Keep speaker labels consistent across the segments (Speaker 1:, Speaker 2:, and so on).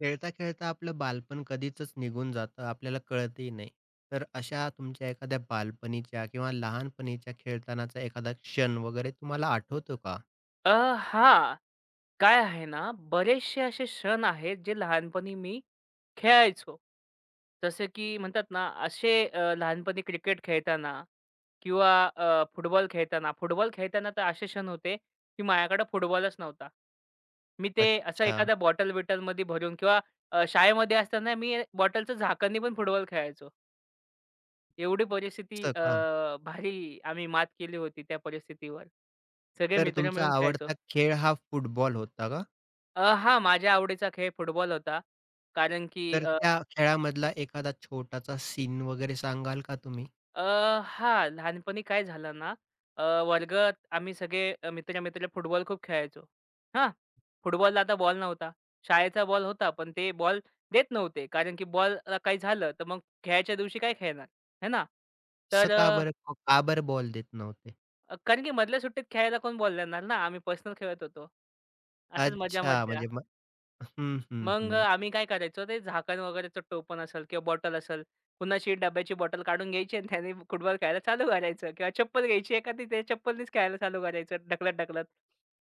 Speaker 1: खेळता-खेळता आपलं बालपण कधीचच निघून जातं, आपल्याला कळतही नाही. तर अशा तुमच्या एखाद्या बालपणीच्या किंवा लहानपणीच्या खेळतानाचा एखादा क्षण वगैरे तुम्हाला आठवतो का?
Speaker 2: अ, हां. काय आहे ना, बरेचसे असे क्षण आहेत, जे लहानपणी मी खेळायचो. जसे की म्हणतात ना, असे लहानपणी क्रिकेट खेळताना किंवा फुटबॉल खेळताना तर असे क्षण होते, की माझ्याकडे फुटबॉलच नव्हता. मी ते असं
Speaker 1: अच्छा.
Speaker 2: एखाद्या बॉटल-बिटलमध्ये भरून किंवा शाळेमध्ये असताना मी बॉटलचं झाकणनी पण फुटबॉल खेळायचो. एवढी परिस्थिती
Speaker 1: असं का?
Speaker 2: भारी आम्ही मात केली होती त्या परिस्थितीवर. सगळे
Speaker 1: तर
Speaker 2: मित्र
Speaker 1: तुमचा
Speaker 2: मिळून खेळायचो.
Speaker 1: आवडता खेळ हा फुटबॉल होता का?
Speaker 2: हां, माझ्या आवडीचा खेळ फुटबॉल होता. कारण की
Speaker 1: तर
Speaker 2: अ,
Speaker 1: त्या खेळामधला एखादा छोटासा सीन वगैरे सांगाल का तुम्ही?
Speaker 2: अ, हां, लहानपणी काय झालं ना, अ, वर्गात आम्ही सगळे मित्र-मित्र फुटबॉल खूप खेळायचो. हां, फुटबॉलला आता बॉल नव्हता. शाळेचा बॉल होता, पण ते बॉल देत नव्हते. कारण की बॉलला काही झालं, तर मग खेळायच्या दिवशी काय खेळणार, है ना?
Speaker 1: असं
Speaker 2: तर
Speaker 1: का बरं का बरं बॉल देत नव्हते?
Speaker 2: कारण की मधल्या सुट्टीत खेळायला कोण बॉल देणार ना, आम्ही पर्सनल खेळत होतो. असंच
Speaker 1: अच्छा,
Speaker 2: मजा-मज्जा.
Speaker 1: म्हणजे मग हं, हं,
Speaker 2: मग
Speaker 1: हं.
Speaker 2: आम्ही काय करायचो ते झाकण वगैरेचं टोपण असेल किंवा बॉटल असेल, कुणाची डब्याची बॉटल काढून घ्यायची आणि त्याने फुटबॉल खेळायला चालू करायचं किंवा चप्पल घ्यायची एखादी त्या चप्पलनीच खेळायला चालू करायचं ढकलत-ढकलत.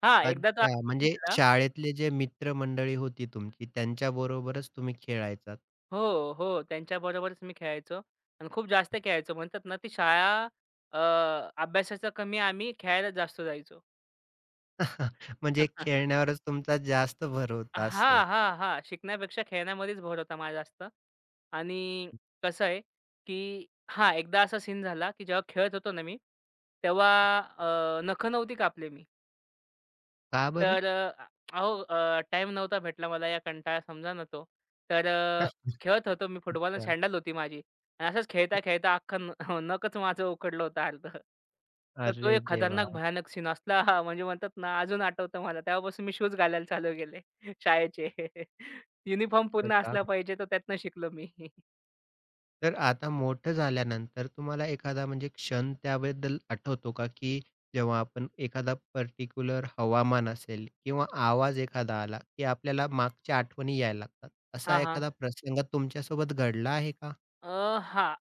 Speaker 2: हां, एकदा तर
Speaker 1: अच्छा, म्हणजे
Speaker 2: झाला
Speaker 1: शाळेतले जे मित्रमंडळी होती तुमची त्यांच्याबरोबरच तुम्ही खेळायचा.
Speaker 2: हो, हो. त्यांच्याबरोबरच मी खेळायचो आणि खूप जास्त खेळायचो. म्हणतात ना ती शाळा अ, अभ्यासाचं कमी आम्ही खेळायला जास्त जायचो.
Speaker 1: म्हणजे खेळण्यावरच तुमचा जास्त भर होता असं.
Speaker 2: हां, हां, हां. शिकण्यापेक्षा खेळण्यामध्येच भर होता माझा जास्त आणि कसं आहे, की हां, एकदा असा सीन झाला, की जेव्हा खेळत होतो ना मी, तेव्हा नखं नव्हती कापली मी.
Speaker 1: का बरं?
Speaker 2: तर अहो टाईम नव्हता भेटला मला या कंटाळा समजा ना तो. तर खेळत होतो मी फुटबॉल आणि
Speaker 1: अच्छा.
Speaker 2: सँडल होती माझी आणि असंच खेळता-खेळता अख्खं नखच माझं उखडलं होतं अर्ध. तर तो
Speaker 1: अरे
Speaker 2: एक
Speaker 1: देवा!
Speaker 2: खतरनाक भयानक सीन असला हां, म्हणजे म्हणतात ना अजून आठवतं मला. तेव्हापासून मी शूज घालायला चालू केले शाळेचे. युनिफॉर्म
Speaker 1: असं
Speaker 2: पूर्ण
Speaker 1: का?
Speaker 2: असला पाहिजे तर त्यातनं शिकलो मी.
Speaker 1: तर आता मोठं झाल्यानंतर तुम्हाला एखादा म्हणजे क्षण त्याबद्दल आठवतो का, की जेव्हा आपण एखादा पर्टिक्युलर हवामान असेल किंवा आवाज एखादा आला, की आपल्याला मागच्या आठवणी यायला लागतात. असा
Speaker 2: हां, हां.
Speaker 1: एखादा प्रसंग तुमच्यासोबत घडला आहे का?
Speaker 2: अ, हां.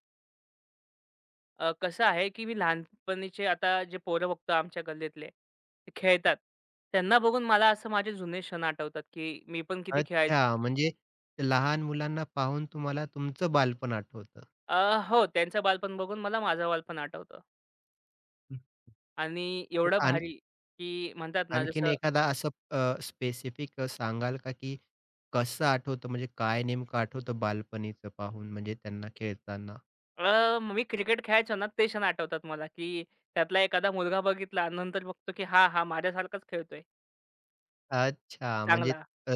Speaker 2: कसं आहे की मी लहानपणीचे आता जे पोरं बघतो आमच्या गल्लीतले खेळतात. त्यांना बघून मला असं माझे जुने क्षण आठवतात, की मी पण किती खेळायचो.
Speaker 1: अच्छा, म्हणजे लहान मुलांना पाहून तुम्हाला तुमचं बालपण आठवतं.
Speaker 2: अ, हो, त्यांचं बालपण बघून मला माझं बालपण आठवतं आणि एवढं
Speaker 1: हं.
Speaker 2: भारी, की म्हणतात ना
Speaker 1: आणखीन
Speaker 2: जसं
Speaker 1: एखादा असं स्पेसिफिक सांगाल का, की कसं आठवतं म्हणजे काय नेमकं आठवतं बालपणीचं पाहून म्हणजे त्यांना खेळताना?
Speaker 2: मी क्रिकेट खेळायचो ना, ते क्षण आठवतात मला, की त्यातला एखादा मुलगा बघितला आणि नंतर बघतो, की हां, हां, माझ्यासारखाच खेळतोय
Speaker 1: अच्छा, म्हणजे
Speaker 2: चांगला.
Speaker 1: अ,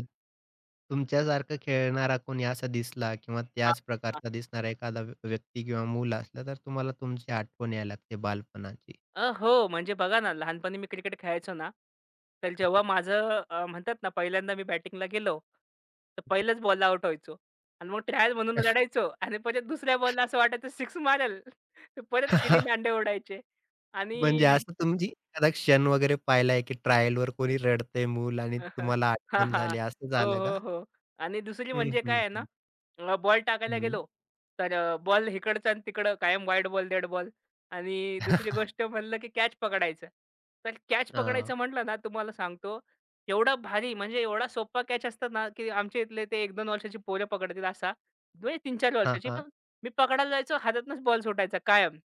Speaker 1: तुमच्यासारखं खेळणारा कोणी असा दिसला किंवा
Speaker 2: हां,
Speaker 1: त्याच प्रकारचा दिसणारा एखादा व्यक्ती किंवा मूल असला, तर तुम्हाला तुमची आठवण यायला लागते बालपणाची.
Speaker 2: हो. म्हणजे बघा ना, लहानपणी मी क्रिकेट खेळायचो ना, तर जेव्हा माझं म्हणतात ना, पहिल्यांदा मी बॅटिंगला गेलो, तर पहिल्याच बॉलला आउट व्हायचो आणि मग ट्रायल म्हणून रडायचो आणि परत दुसऱ्या बॉलला असं वाटायचं सिक्स मारेल. तर परत तिने दांडे उडायचे
Speaker 1: म्हणजे
Speaker 2: आणि
Speaker 1: असं तुमची एखादा क्षण वगैरे पाहिलाय, की ट्रायलवर कोणी रडतंय मूल आणि तुम्हाला
Speaker 2: हां,
Speaker 1: आठवण
Speaker 2: हां.
Speaker 1: झाली, असं
Speaker 2: हो,
Speaker 1: झालं का?
Speaker 2: हो, हो. आणि दुसरी
Speaker 1: हं,
Speaker 2: म्हणजे काय
Speaker 1: हं,
Speaker 2: आहे
Speaker 1: हं,
Speaker 2: ना बॉल टाकायला
Speaker 1: हं.
Speaker 2: गेलो, तर बॉल इकडचा आणि तिकडं कायम वाईड बॉल, डेड बॉल आणि दुसरी गोष्ट म्हणलं, की कॅच पकडायचं. तर कॅच
Speaker 1: हां. हां, हां.
Speaker 2: पकडायचं म्हटलं ना, तुम्हाला सांगतो एवढा भारी म्हणजे एवढा सोपा कॅच असतात ना, की आमच्या इथले ते 1-2 वर्षाची पोरं पकडतील असा. म्हणजे 3-4 वर्षाची पण मी पकडायला जायचो हातातनच बॉल सुटायचा कायम.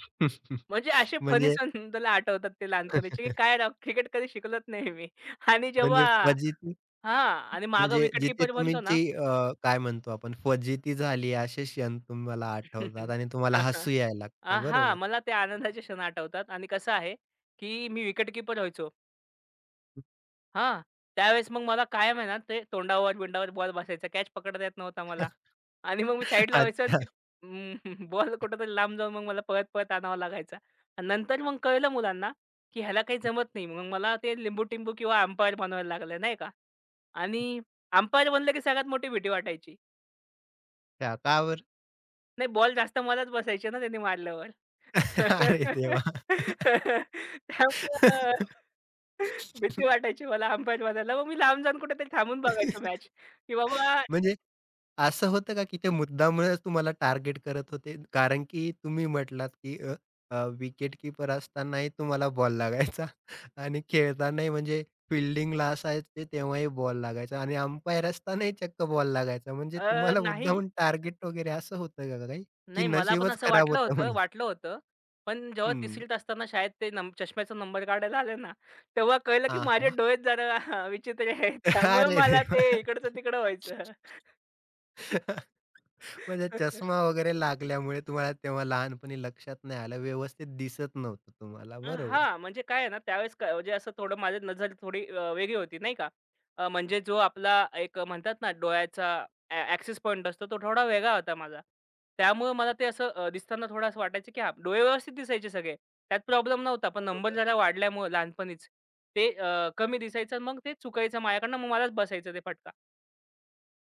Speaker 2: म्हणजे असे फनी
Speaker 1: म्हणजे
Speaker 2: सण मला आठवतात ते लहानपणीचे, की काय राव क्रिकेट कधी शिकलोच नाही मी आणि जेव्हा
Speaker 1: म्हणजे फजिती
Speaker 2: हां आणि मागं
Speaker 1: म्हणजे
Speaker 2: विकेट
Speaker 1: जिथे
Speaker 2: कीपर बनतो ना
Speaker 1: तुमची काय म्हणतो आपण फजिती झाली असे क्षण तुम्हाला आठवतात आणि तुम्हाला हसू यायला
Speaker 2: आ,
Speaker 1: लागतं
Speaker 2: हां,
Speaker 1: बरोबर.
Speaker 2: मला ते आनंदाचे क्षण आठवतात आणि कसं आहे, की मी विकेटकीपर व्हायचो. हां, त्यावेळेस मग मला कायम आहे ना, ते तोंडावर-बिंडावर बॉल बसायचा. कॅच पकडता येत नव्हता मला आणि मग मी साईडला व्हायचो आणि
Speaker 1: अच्छा.
Speaker 2: ते अं, बॉल कुठेतरी लांब जाऊन मग मला पळत-पळत आणावा लागायचा. आणि नंतर मग कळलं मुलांना, की ह्याला काही जमत नाही. मग मला ते लिंबू-टिंबू किंवा अंपायर बनवायला लागलं, नाही का? आणि अंपायर बनलं की सगळ्यात मोठी भीती वाटायची.
Speaker 1: अच्छा. का बरं?
Speaker 2: नाही, बॉल जास्त मलाच बसायचे ना त्याने मारल्यावर.
Speaker 1: अरे देवा!
Speaker 2: त्यामुळं भीती वाटायची मला अंबाजोगाईला. मग मी लांब जाऊन कुठेतरी थांबून बघायचो मॅच, की बाबा
Speaker 1: म्हणजे असं होतं का, की ते मुद्दामूनच तुम्हाला टार्गेट करत होते? कारण की तुम्ही म्हटलात, की अ, अ, विकेटकीपर असतानाही तुम्हाला बॉल लागायचा आणि खेळतानाही म्हणजे फील्डिंगला असायचे तेव्हाही बॉल लागायचा आणि अंपायर असतानाही चक्क बॉल लागायचा. म्हणजे तुम्हाला
Speaker 2: नाही,
Speaker 1: मुद्दामून टार्गेट वगैरे असं होतं का काही? की
Speaker 2: नाही मला पण
Speaker 1: नशीबच
Speaker 2: असं
Speaker 1: खराब
Speaker 2: वाटलं
Speaker 1: होतं
Speaker 2: होतं
Speaker 1: म्हणा?
Speaker 2: वाटलं होतं. पण जेव्हा
Speaker 1: हं.
Speaker 2: तिसरीत असताना शाळेत ते नं चष्म्याचा नंबर काढायला आले ना, तेव्हा कळलं की
Speaker 1: हां,
Speaker 2: माझे
Speaker 1: हां.
Speaker 2: डोळेच जरा विचित्र आहेत. त्यामुळे
Speaker 1: अरे
Speaker 2: मला
Speaker 1: देवा!
Speaker 2: ते इकडचं तिकडं व्हायचं.
Speaker 1: म्हणजे चष्मा वगैरे लागल्यामुळे तुम्हाला तेव्हा लहानपणी लक्षात नाही आलं. व्यवस्थित दिसत नव्हतं तुम्हाला. बरोबर.
Speaker 2: हां, म्हणजे काय आहे ना, त्यावेळेस म्हणजे असं थोडं माझी नजर थोडी वेगळी होती नाही का. म्हणजे जो आपला एक म्हणतात ना, डोळ्याचा ॲक्सेस पॉइंट असतो, तो थोडा वेगळा होता माझा. त्यामुळं मला ते असं दिसताना थोडं असं वाटायचं, की हां, डोळे व्यवस्थित दिसायचे सगळे. त्यात प्रॉब्लेम नव्हता. पण नंबर
Speaker 1: बरोबर.
Speaker 2: जरा वाढल्यामुळं लहानपणीच ते कमी दिसायचं आणि मग ते चुकायचं माझ्याकडनं. मग मलाच बसायचं ते फटका.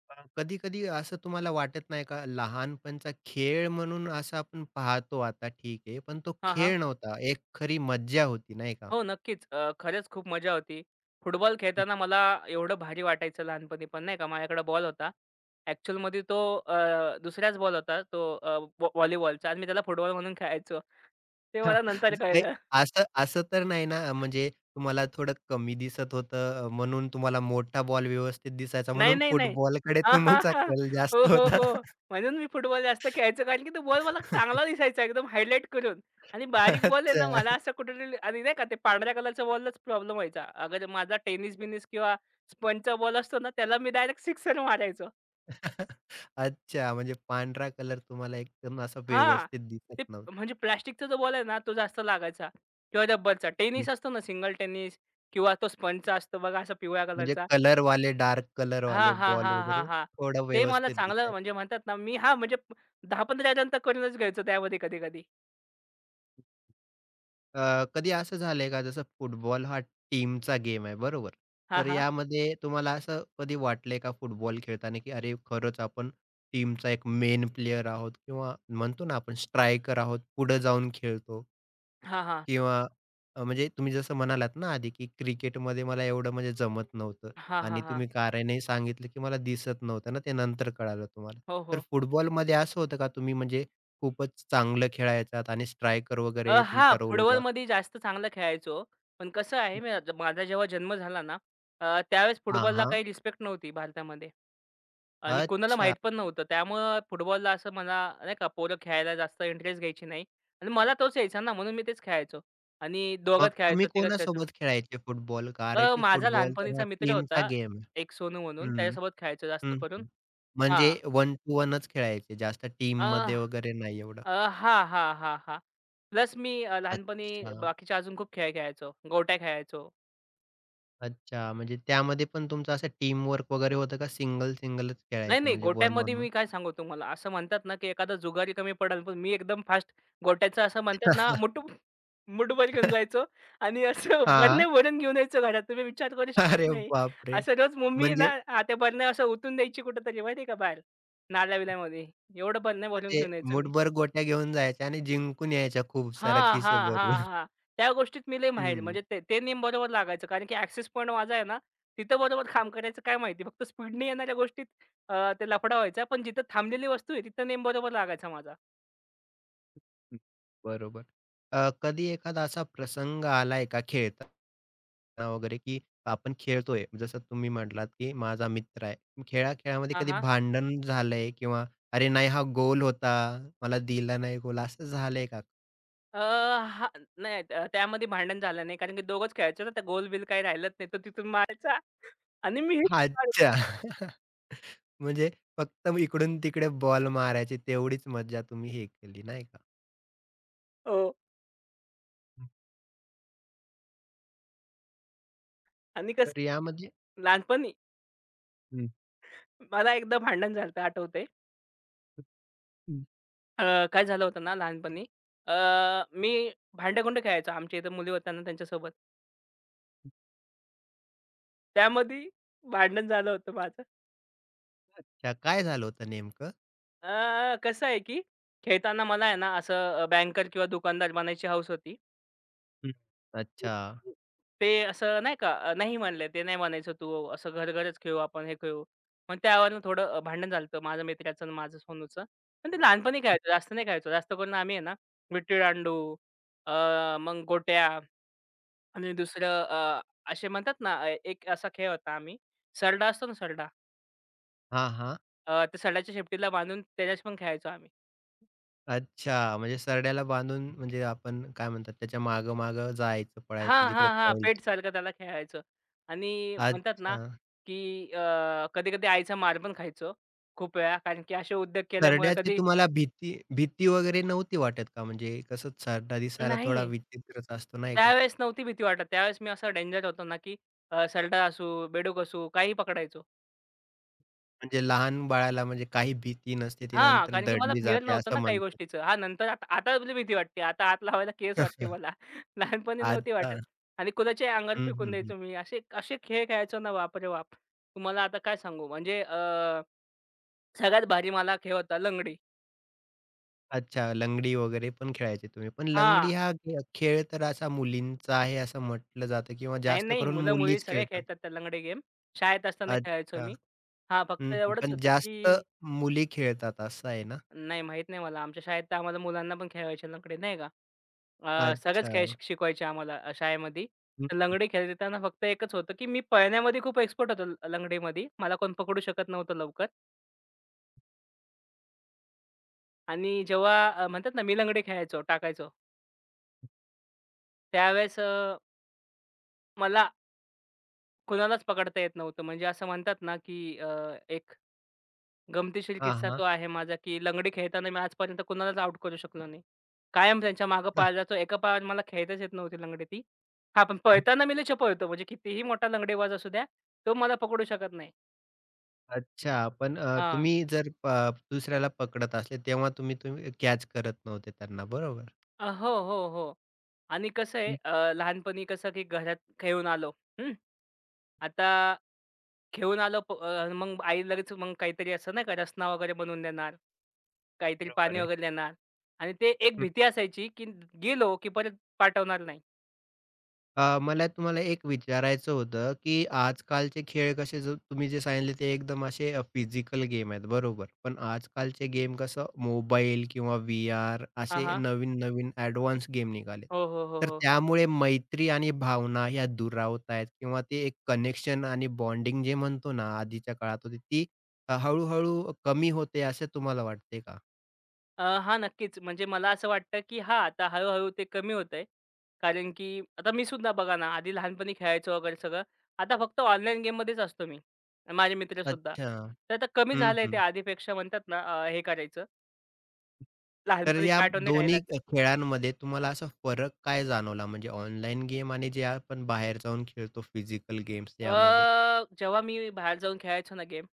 Speaker 1: कधी-कधी असं तुम्हाला वाटत नाही का, लहानपणचा खेळ म्हणून असं आपण पाहतो आता ठीक आहे, पण तो खेळ नव्हता, एक खरी मज्जा होती नाही का?
Speaker 2: हो, नक्कीच. खरंच खूप मजा होती. फुटबॉल खेळताना मला एवढं भारी वाटायचं लहानपणी पण नाही का, माझ्याकडे बॉल होता. ॲक्चुअलमध्ये तो दुसराच बॉल होता तो अ, व्ह व्हॉलीबॉलचा आणि मी त्याला फुटबॉल म्हणून खेळायचो. ते मला नंतर
Speaker 1: म्हणजे
Speaker 2: कळलं.
Speaker 1: असं असं तर नाही ना, म्हणजे तुम्हाला थोडं कमी दिसत होतं म्हणून तुम्हाला मोठा बॉल व्यवस्थित दिसायचा
Speaker 2: नाही,
Speaker 1: म्हणून
Speaker 2: नाही, नाही.
Speaker 1: फुटबॉलकडे
Speaker 2: हां, हां,
Speaker 1: तुमचा
Speaker 2: हां.
Speaker 1: कल
Speaker 2: हो,
Speaker 1: जास्त
Speaker 2: हो,
Speaker 1: होता.
Speaker 2: हो. म्हणून मी फुटबॉल जास्त खेळायचो कारण की तो बॉल मला चांगला दिसायचा एकदम हायलाइट करून आणि बारीक बॉल आहे ना,
Speaker 1: अच्छा.
Speaker 2: मला असं कुठेतरी आणि नाही का ते पांढऱ्या कलरच्या बॉललाच प्रॉब्लेम व्हायचा. अगर माझा टेनिस-बिनिस किंवा स्पंजचा बॉल असतो ना, त्याला मी डायरेक्ट सिक्सर मारायचो.
Speaker 1: अच्छा, म्हणजे पांढरा कलर तुम्हाला एकदम असा
Speaker 2: हां.
Speaker 1: व्यवस्थित दिसत
Speaker 2: ते
Speaker 1: नव्हता.
Speaker 2: म्हणजे प्लास्टिकचा जो बॉल आहे ना, तो जास्त लागायचा किंवा रबरचा. टेनिस असतो ना सिंगल टेनिस किंवा तो स्पंजचा असतो बघा असा पिवळ्या
Speaker 1: म्हणजे
Speaker 2: कलरचा.
Speaker 1: कलर वाले डार्क कलर वाले
Speaker 2: हां, हां,
Speaker 1: बॉल
Speaker 2: हां, हां,
Speaker 1: वगैरे
Speaker 2: हां.
Speaker 1: थोडं
Speaker 2: ते मला
Speaker 1: व्यवस्थित
Speaker 2: चांगलं
Speaker 1: दिसायला.
Speaker 2: म्हणजे म्हणतात ना, मी हां, म्हणजे 10-15 जण तर करूनच घ्यायचो त्यामध्ये कधी-कधी.
Speaker 1: कधी असं झालंय का जसं फुटबॉल हा टीमचा गेम आहे बरोबर.
Speaker 2: हां,
Speaker 1: तर
Speaker 2: हां.
Speaker 1: यामध्ये तुम्हाला असं कधी वाटलंय का फुटबॉल खेळताना, की अरे खरंच आपण टीमचा एक मेन प्लेयर आहोत किंवा म्हणतो ना आपण स्ट्रायकर आहोत, पुढे जाऊन खेळतो?
Speaker 2: हां, हां.
Speaker 1: किंवा म्हणजे तुम्ही जसं म्हणालात ना आधी, की क्रिकेटमध्ये मला एवढं म्हणजे जमत नव्हतं
Speaker 2: हां, हां,
Speaker 1: आणि
Speaker 2: हां.
Speaker 1: तुम्ही कारणही सांगितलं, की मला दिसत नव्हतं ना, ते नंतर कळालं तुम्हाला.
Speaker 2: हो,
Speaker 1: तर
Speaker 2: हो.
Speaker 1: फुटबॉलमध्ये असं होतं का तुम्ही म्हणजे खूपच चांगलं खेळायचात आणि स्ट्रायकर वगैरे
Speaker 2: हां,
Speaker 1: तुमचा रोल होता?
Speaker 2: फुटबॉलमध्ये जास्त चांगलं खेळायचो. पण कसं आहे, मी माझा जेव्हा जन्म झाला ना, त्यावेळेस
Speaker 1: हां,
Speaker 2: फुटबॉलला
Speaker 1: हां.
Speaker 2: काही रिस्पेक्ट नव्हती भारतामध्ये. आणि कोणाला
Speaker 1: अच्छा.
Speaker 2: माहीत पण नव्हतं. त्यामुळं फुटबॉलला असं मला नाही का पोरं खेळायला जास्त इंटरेस्ट घ्यायची नाही आणि मला तोच यायचा ना, म्हणून मी तेच खेळायचो आणि
Speaker 1: मग
Speaker 2: दोघात
Speaker 1: तुम्ही
Speaker 2: खेळायचो, तिघात खेळायचो.
Speaker 1: कोणासोबत खेळायचे फुटबॉल? कारण की
Speaker 2: माझा
Speaker 1: फुटबॉल तर हा
Speaker 2: लहानपणीचा मित्र
Speaker 1: टीमचा
Speaker 2: होता
Speaker 1: गेम आहे.
Speaker 2: एक सोनू म्हणून
Speaker 1: हं,
Speaker 2: त्याच्यासोबत खेळायचो जास्त
Speaker 1: हं,
Speaker 2: करून.
Speaker 1: हं. म्हणजे
Speaker 2: हां.
Speaker 1: वन टू वनच खेळायचे, जास्त
Speaker 2: अ,
Speaker 1: टीममध्ये वगैरे नाही एवढं.
Speaker 2: अ, हां, हां, हां, हां. प्लस मी लहानपणी
Speaker 1: अच्छा.
Speaker 2: बाकीचे अजून खूप खेळ खेळायचो. गोट्या खेळायचो
Speaker 1: अच्छा, म्हणजे त्यामध्ये पण तुमचं असं टीम वर्क वगैरे होतं का सिंगल सिंगलच
Speaker 2: नाही,
Speaker 1: खेळायचे
Speaker 2: नाही.
Speaker 1: म्हणजे वन
Speaker 2: गोट्यामध्ये
Speaker 1: ऑन वन?
Speaker 2: मी काय सांगू तुम्हाला, असं म्हणतात ना, की एखादा जुगारी कमी पड़ाल पण मी एकदम फास्ट गोट्याचं असं म्हणतात ना, मुठभर घेऊन जायचो आणि असं
Speaker 1: हां.
Speaker 2: बरण्या भरून घेऊन यायचो घरात. तुम्ही विचार करू शकत
Speaker 1: अरे
Speaker 2: नाही.
Speaker 1: बापरे!
Speaker 2: असं रोज मम्मी आहे ना,
Speaker 1: म्हणजे
Speaker 2: हां, त्या बरण्या असं ओतून द्यायची कुठेतरी माहिती आहे का बाहेर, नाल्या-बिल्यामध्ये. एवढं बरण्या भरून
Speaker 1: म्हणजे
Speaker 2: घेऊन यायचो मी.
Speaker 1: मूठभर गोट्या घेऊन जायच्या आणि जिंकून यायच्या खूप साऱ्या
Speaker 2: हां,
Speaker 1: खिसे
Speaker 2: हां, हां,
Speaker 1: भरून.
Speaker 2: हां. त्या गोष्टीत मी लय माहिर
Speaker 1: हं,
Speaker 2: म्हणजे ते ते नेम बरोबर लागायचं. कारण की ॲक्सेस पॉइंट माझा आहे ना, तिथं बरोबर काम करायचं काय माहिती. फक्त स्पीडने येणाऱ्या गोष्टीत ते लफडा व्हायचा. पण जिथं थांबलेली वस्तू आहे तिथं नेम बरोबर लागायचा माझा.
Speaker 1: बरोबर. कधी एखादा असा प्रसंग आलाय का खेळताना वगैरे, की आपण खेळतोय जसं तुम्ही म्हटलात, की माझा मित्र आहे. खेळा-खेळामध्ये
Speaker 2: हां,
Speaker 1: कधी
Speaker 2: हां.
Speaker 1: भांडण झालंय किंवा "अरे नाही हा गोल होता, मला दिला नाही गोल" असं झालंय का?
Speaker 2: अ, हां, नाही त्यामध्ये भांडण झालं नाही. कारण की दोघंच खेळायचो ना, त्या गोल-बिल काही राहिलंच नाही. तो तिथून मारायचा आणि मी हिट मारायचो.
Speaker 1: अच्छा. म्हणजे फक्त इकडून-तिकडे बॉल मारायची तेवढीच मज्जा तुम्ही हे केली नाही का?
Speaker 2: हो.
Speaker 1: हं.
Speaker 2: आणि कसं
Speaker 1: तर यामध्ये
Speaker 2: लहानपणी
Speaker 1: हं,
Speaker 2: मला एकदा भांडण झालं होतं आठवतंय.
Speaker 1: हं.
Speaker 2: अ, काय झालं होतं ना लहानपणी अ, मी भांडे खेळायचो. आमच्या इथं मुली होत्या ना त्यांच्यासोबत. त्यामध्ये भांडण झालं होतं माझं.
Speaker 1: अच्छा, काय झालं होतं नेमकं?
Speaker 2: कसं आहे, की खेळताना मला आहे ना, असं बँकर किंवा दुकानदार बनायची हौस होती.
Speaker 1: हं. अच्छा.
Speaker 2: ते असं नाही का, नाही म्हणले, "ते नाही बनायचं तू, असं घर-घरच खेळू आपण, हे खेळू." मग त्यावरून थोडं भांडण झालं होतं माझ्या मित्राचं आणि माझं सोनूचं. पण ते लहानपणी
Speaker 1: हं.
Speaker 2: खेळायचो, जास्त नाही खेळायचो. जास्त करून आम्ही आहे ना, विट्टी-दांडू, अ, मग गोट्या आणि दुसरं असे म्हणतात ना, एक असा खेळ होता आम्ही सरडा असतो ना सरडा,
Speaker 1: हां, हां.
Speaker 2: त्या सरड्याच्या शेपटीला बांधून त्याच्याशी पण खेळायचो आम्ही.
Speaker 1: अच्छा, म्हणजे सरड्याला बांधून म्हणजे आपण काय म्हणतात त्याच्या माग माग जायचं, पळायचं
Speaker 2: हां,
Speaker 1: जिकडे
Speaker 2: हां, हां.
Speaker 1: पळेल तिकडे.
Speaker 2: पेटसारखं त्याला खेळायचं आणि म्हणतात ना,
Speaker 1: अच्छा.
Speaker 2: की कधी-कधी आईचा मार पण खायचो खूप वेळा. कारण की असे उद्योग केल्यामुळे
Speaker 1: सरड्याची
Speaker 2: कधी
Speaker 1: तुम्हाला भीती भीती वगैरे नव्हती वाटत का? म्हणजे कसं सरडा दिसायला थोडा
Speaker 2: नाही,
Speaker 1: विचित्रच असतो नाही का?
Speaker 2: त्यावेळेस नव्हती भीती वाटत. त्यावेळेस मी असा डेंजर होतो ना, की सरडा असू, बेडूक असू, काहीही पकडायचो.
Speaker 1: म्हणजे लहान बाळाला म्हणजे काही भीती नसते, ती
Speaker 2: हां,
Speaker 1: नंतर
Speaker 2: कारण की मला
Speaker 1: दडली
Speaker 2: फिअर
Speaker 1: जाते
Speaker 2: नव्हतं
Speaker 1: असं
Speaker 2: ना काही
Speaker 1: म्हणतात.
Speaker 2: गोष्टीचं. हां, नंतर आता आता मला भीती वाटते. आता हात लावायला केस वाटते मला. लहानपणी नव्हती वाटत
Speaker 1: अच्छा.
Speaker 2: आणि कुणाच्या अंगावर
Speaker 1: हं,
Speaker 2: फेकून
Speaker 1: हं, हं.
Speaker 2: द्यायचो मी. असे असे खेळ खेळायचो ना, बाप बाप! तुम्हाला आता काय सांगू म्हणजे सगळ्यात भारी मला खेळ होता लंगडी.
Speaker 1: अच्छा लंगडी वगैरे पण खेळायचे तुम्ही. पण
Speaker 2: हां.
Speaker 1: लंगडी हा खेळ तर असा मुलींचा आहे असं म्हटलं जातं किंवा
Speaker 2: नाही,
Speaker 1: जास्त
Speaker 2: नाही.
Speaker 1: करून
Speaker 2: मुलं-मुली
Speaker 1: मुलीच
Speaker 2: सगळे
Speaker 1: खेळतात.
Speaker 2: खेळतात त्या लंगडी गेम. शाळेत असताना खेळायचो
Speaker 1: अच्छा.
Speaker 2: मी. हां, फक्त
Speaker 1: हं, हं.
Speaker 2: एवढंच
Speaker 1: पण
Speaker 2: होतं
Speaker 1: जास्त
Speaker 2: की
Speaker 1: मुली खेळतात असं आहे ना?
Speaker 2: नाही माहीत नाही मला. आमच्या शाळेत तर आम्हाला मुलांना पण खेळवायचे लंगडी नाही का.
Speaker 1: अच्छा.
Speaker 2: सगळंच खेळ शिकवायचे आम्हाला शाळेमध्ये.
Speaker 1: हं,
Speaker 2: तर
Speaker 1: हं.
Speaker 2: लंगडी खेळताना फक्त एकच होतं की मी पळण्यामध्ये खूप एक्सपर्ट होतो लंगडीमध्ये. मला कोण पकडू शकत नव्हतं लवकर आणि जेव्हा म्हणतात ना, मी लंगडी खेळायचो, टाकायचो. त्यावेळेस मला कुणालाच पकडता येत नव्हतं. म्हणजे असं म्हणतात ना, की एक गमतीशीर
Speaker 1: हां,
Speaker 2: किस्सा
Speaker 1: हां.
Speaker 2: तो आहे माझा, की लंगडी खेळताना मी आजपर्यंत कुणालाच आउट करू शकलो नाही. कायम त्यांच्या मागे पळायला जायचो. एका पायावर मला खेळताच येत नव्हती लंगडी ती. हां, पण पळताना मी लय पळतो. म्हणजे कितीही मोठा लंगडेबाज असू द्या, तो मला पकडू शकत नाही.
Speaker 1: अच्छा. पण
Speaker 2: हां.
Speaker 1: तुम्ही जर दुसऱ्याला पकडत असले तेव्हा तुम्ही तुम्ही कॅच करत नव्हते त्यांना बरोबर?
Speaker 2: हो, हो, हो. आणि कसं आहे
Speaker 1: हं,
Speaker 2: लहानपणी कसं की घरात खेळून आलो. हं. आता खेळून आलो मग आई लगेच मग काहीतरी असं नाही का रसना वगैरे बनवून देणार. काहीतरी
Speaker 1: बरोबर
Speaker 2: पाणी
Speaker 1: आहे.
Speaker 2: वगैरे देणार आणि ते एक भीती असायची, की गेलो की परत पाठवणार नाही.
Speaker 1: मला तुम्हाला एक विचारायचं होतं, की आजकालचे खेळ कसे जो तुम्ही जे सांगितले ते एकदम असे फिजिकल गेम आहेत बरोबर. पण आजकालचे गेम कसं मोबाईल किंवा व्ही-आर
Speaker 2: हां,
Speaker 1: असे
Speaker 2: हां.
Speaker 1: नवीन-नवीन ॲडव्हान्स गेम निघालेत.
Speaker 2: हो, हो, हो,
Speaker 1: तर
Speaker 2: हो.
Speaker 1: त्यामुळे मैत्री आणि भावना ह्या दुरावत आहेत किंवा ते एक कनेक्शन आणि बॉन्डिंग जे म्हणतो ना आधीच्या काळात होती ती हळू कमी होते असं तुम्हाला वाटते का?
Speaker 2: हा नक्कीच. म्हणजे मला असं वाटतं, की हां, आता हळू-हळू ते कमी होतंय. कारण की आता मी सुद्धा बघा ना, आधी लहानपणी खेळायचो वगैरे सगळं. आता फक्त ऑनलाईन गेममध्येच असतो मी आणि माझे मित्र सुद्धा
Speaker 1: अच्छा.
Speaker 2: तर आता कमी
Speaker 1: हं,
Speaker 2: झालंय ते
Speaker 1: हं.
Speaker 2: आधीपेक्षा म्हणतात ना, हे करायचं.
Speaker 1: तर या
Speaker 2: लहानपणीच्या आठवणी
Speaker 1: दोन्ही
Speaker 2: राहिल्यात.
Speaker 1: खेळांमध्ये तुम्हाला असा फरक काय जाणवला? म्हणजे ऑनलाईन गेम आणि जे आपण बाहेर जाऊन खेळतो फिजिकल गेम्स यामध्ये?
Speaker 2: अ, जेव्हा मी बाहेर जाऊन खेळायचो ना गेम,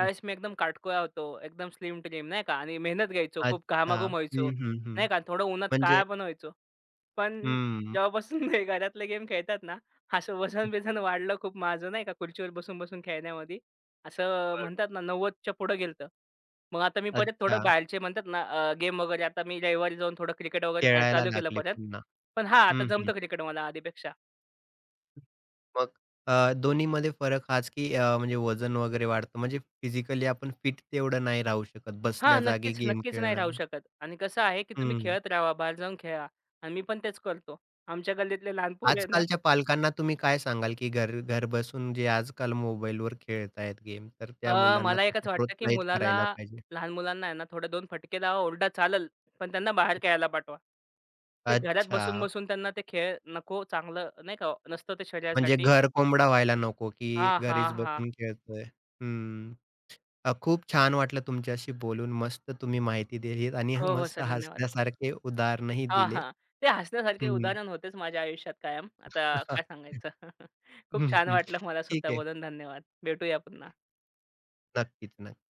Speaker 1: हं.
Speaker 2: मी एकदम काटकोळा होतो. एकदम स्लिम-ट्रिम नाही का आणि मेहनत घ्यायचो. खूप
Speaker 1: अच्छा.
Speaker 2: घामाघूम
Speaker 1: हं,
Speaker 2: व्हायचो,
Speaker 1: हं, हं.
Speaker 2: नाही का. थोडं उन्हात
Speaker 1: म्हणजे
Speaker 2: काळा पण व्हायचो. पण
Speaker 1: हं.
Speaker 2: जेव्हापासून ते घरातले गेम खेळतात ना, असं वजन-बिजन वाढलं खूप माझं नाही का खुर्चीवर बसून-बसून खेळण्यामध्ये. असं
Speaker 1: बरं.
Speaker 2: म्हणतात ना 90च्या पुढं गेलं होतं. मग आता मी परत थोडं
Speaker 1: अच्छा.
Speaker 2: बाहेरचे म्हणतात ना गेम वगैरे आता मी रविवारी जाऊन थोडं क्रिकेट वगैरे खेळायला
Speaker 1: खेळायला
Speaker 2: चालू केलं
Speaker 1: लागले
Speaker 2: परत.
Speaker 1: पुन्हा.
Speaker 2: पण हां, आता
Speaker 1: हं, हं.
Speaker 2: जमतं क्रिकेट मला आधीपेक्षा.
Speaker 1: मग दोन्हीमध्ये फरक हाच की म्हणजे वजन वगैरे वाढतं. म्हणजे फिजिकली आपण फिट तेवढं नाही राहू शकत
Speaker 2: हां,
Speaker 1: बसल्या जागी
Speaker 2: नक्कीच,
Speaker 1: गेम
Speaker 2: नक्कीच नाही राहू
Speaker 1: खेळल्यामुळे.
Speaker 2: शकत. आणि कसं आहे, की तुम्ही खेळत राहावा, बाहेर जाऊन खेळा. आणि मी पण तेच करतो. आमच्या गल्लीतले लहान पोरं आहे ना
Speaker 1: आजकालच्या पालकांना तुम्ही काय सांगाल, की घर घर बसून जे आजकाल मोबाईलवर खेळतायत गेम, तर त्या मुलांना
Speaker 2: मला एकच
Speaker 1: कसं
Speaker 2: वाटतं, की
Speaker 1: प्रोत्साहित
Speaker 2: मुलाला
Speaker 1: करायला पाहिजे?
Speaker 2: लहान मुलांना आहे ना, थोडे दोन फटके लावा, ओरडा चालेल, पण त्यांना बाहेर खेळायला पाठवा. ते घरात
Speaker 1: अच्छा,
Speaker 2: बसून-बसून त्यांना ते खेळ नको, चांगलं नाही का नसतं ते
Speaker 1: म्हणजे
Speaker 2: शरीरासाठी.
Speaker 1: घर कोंबडा व्हायला नको, की
Speaker 2: हां, हां,
Speaker 1: घरीच
Speaker 2: हां.
Speaker 1: बसून खेळतोय. हं. खूप छान वाटलं तुमच्याशी बोलून. मस्त तुम्ही माहिती दिलीत आणि
Speaker 2: हो, हो,
Speaker 1: मस्त
Speaker 2: सर धन्यवाद.
Speaker 1: हसण्यासारखे उदाहरणही
Speaker 2: हां,
Speaker 1: दिले.
Speaker 2: हां. ते हसण्यासारखे
Speaker 1: हं.
Speaker 2: उदाहरण होतेच माझ्या आयुष्यात कायम. आता काय सांगायचं? खूप
Speaker 1: हं,
Speaker 2: छान
Speaker 1: हं.
Speaker 2: वाटलं मला
Speaker 1: ठीक
Speaker 2: सुद्धा
Speaker 1: आहे.
Speaker 2: बोलून. धन्यवाद. भेटूया पुन्हा.
Speaker 1: नक्कीच, नक्की.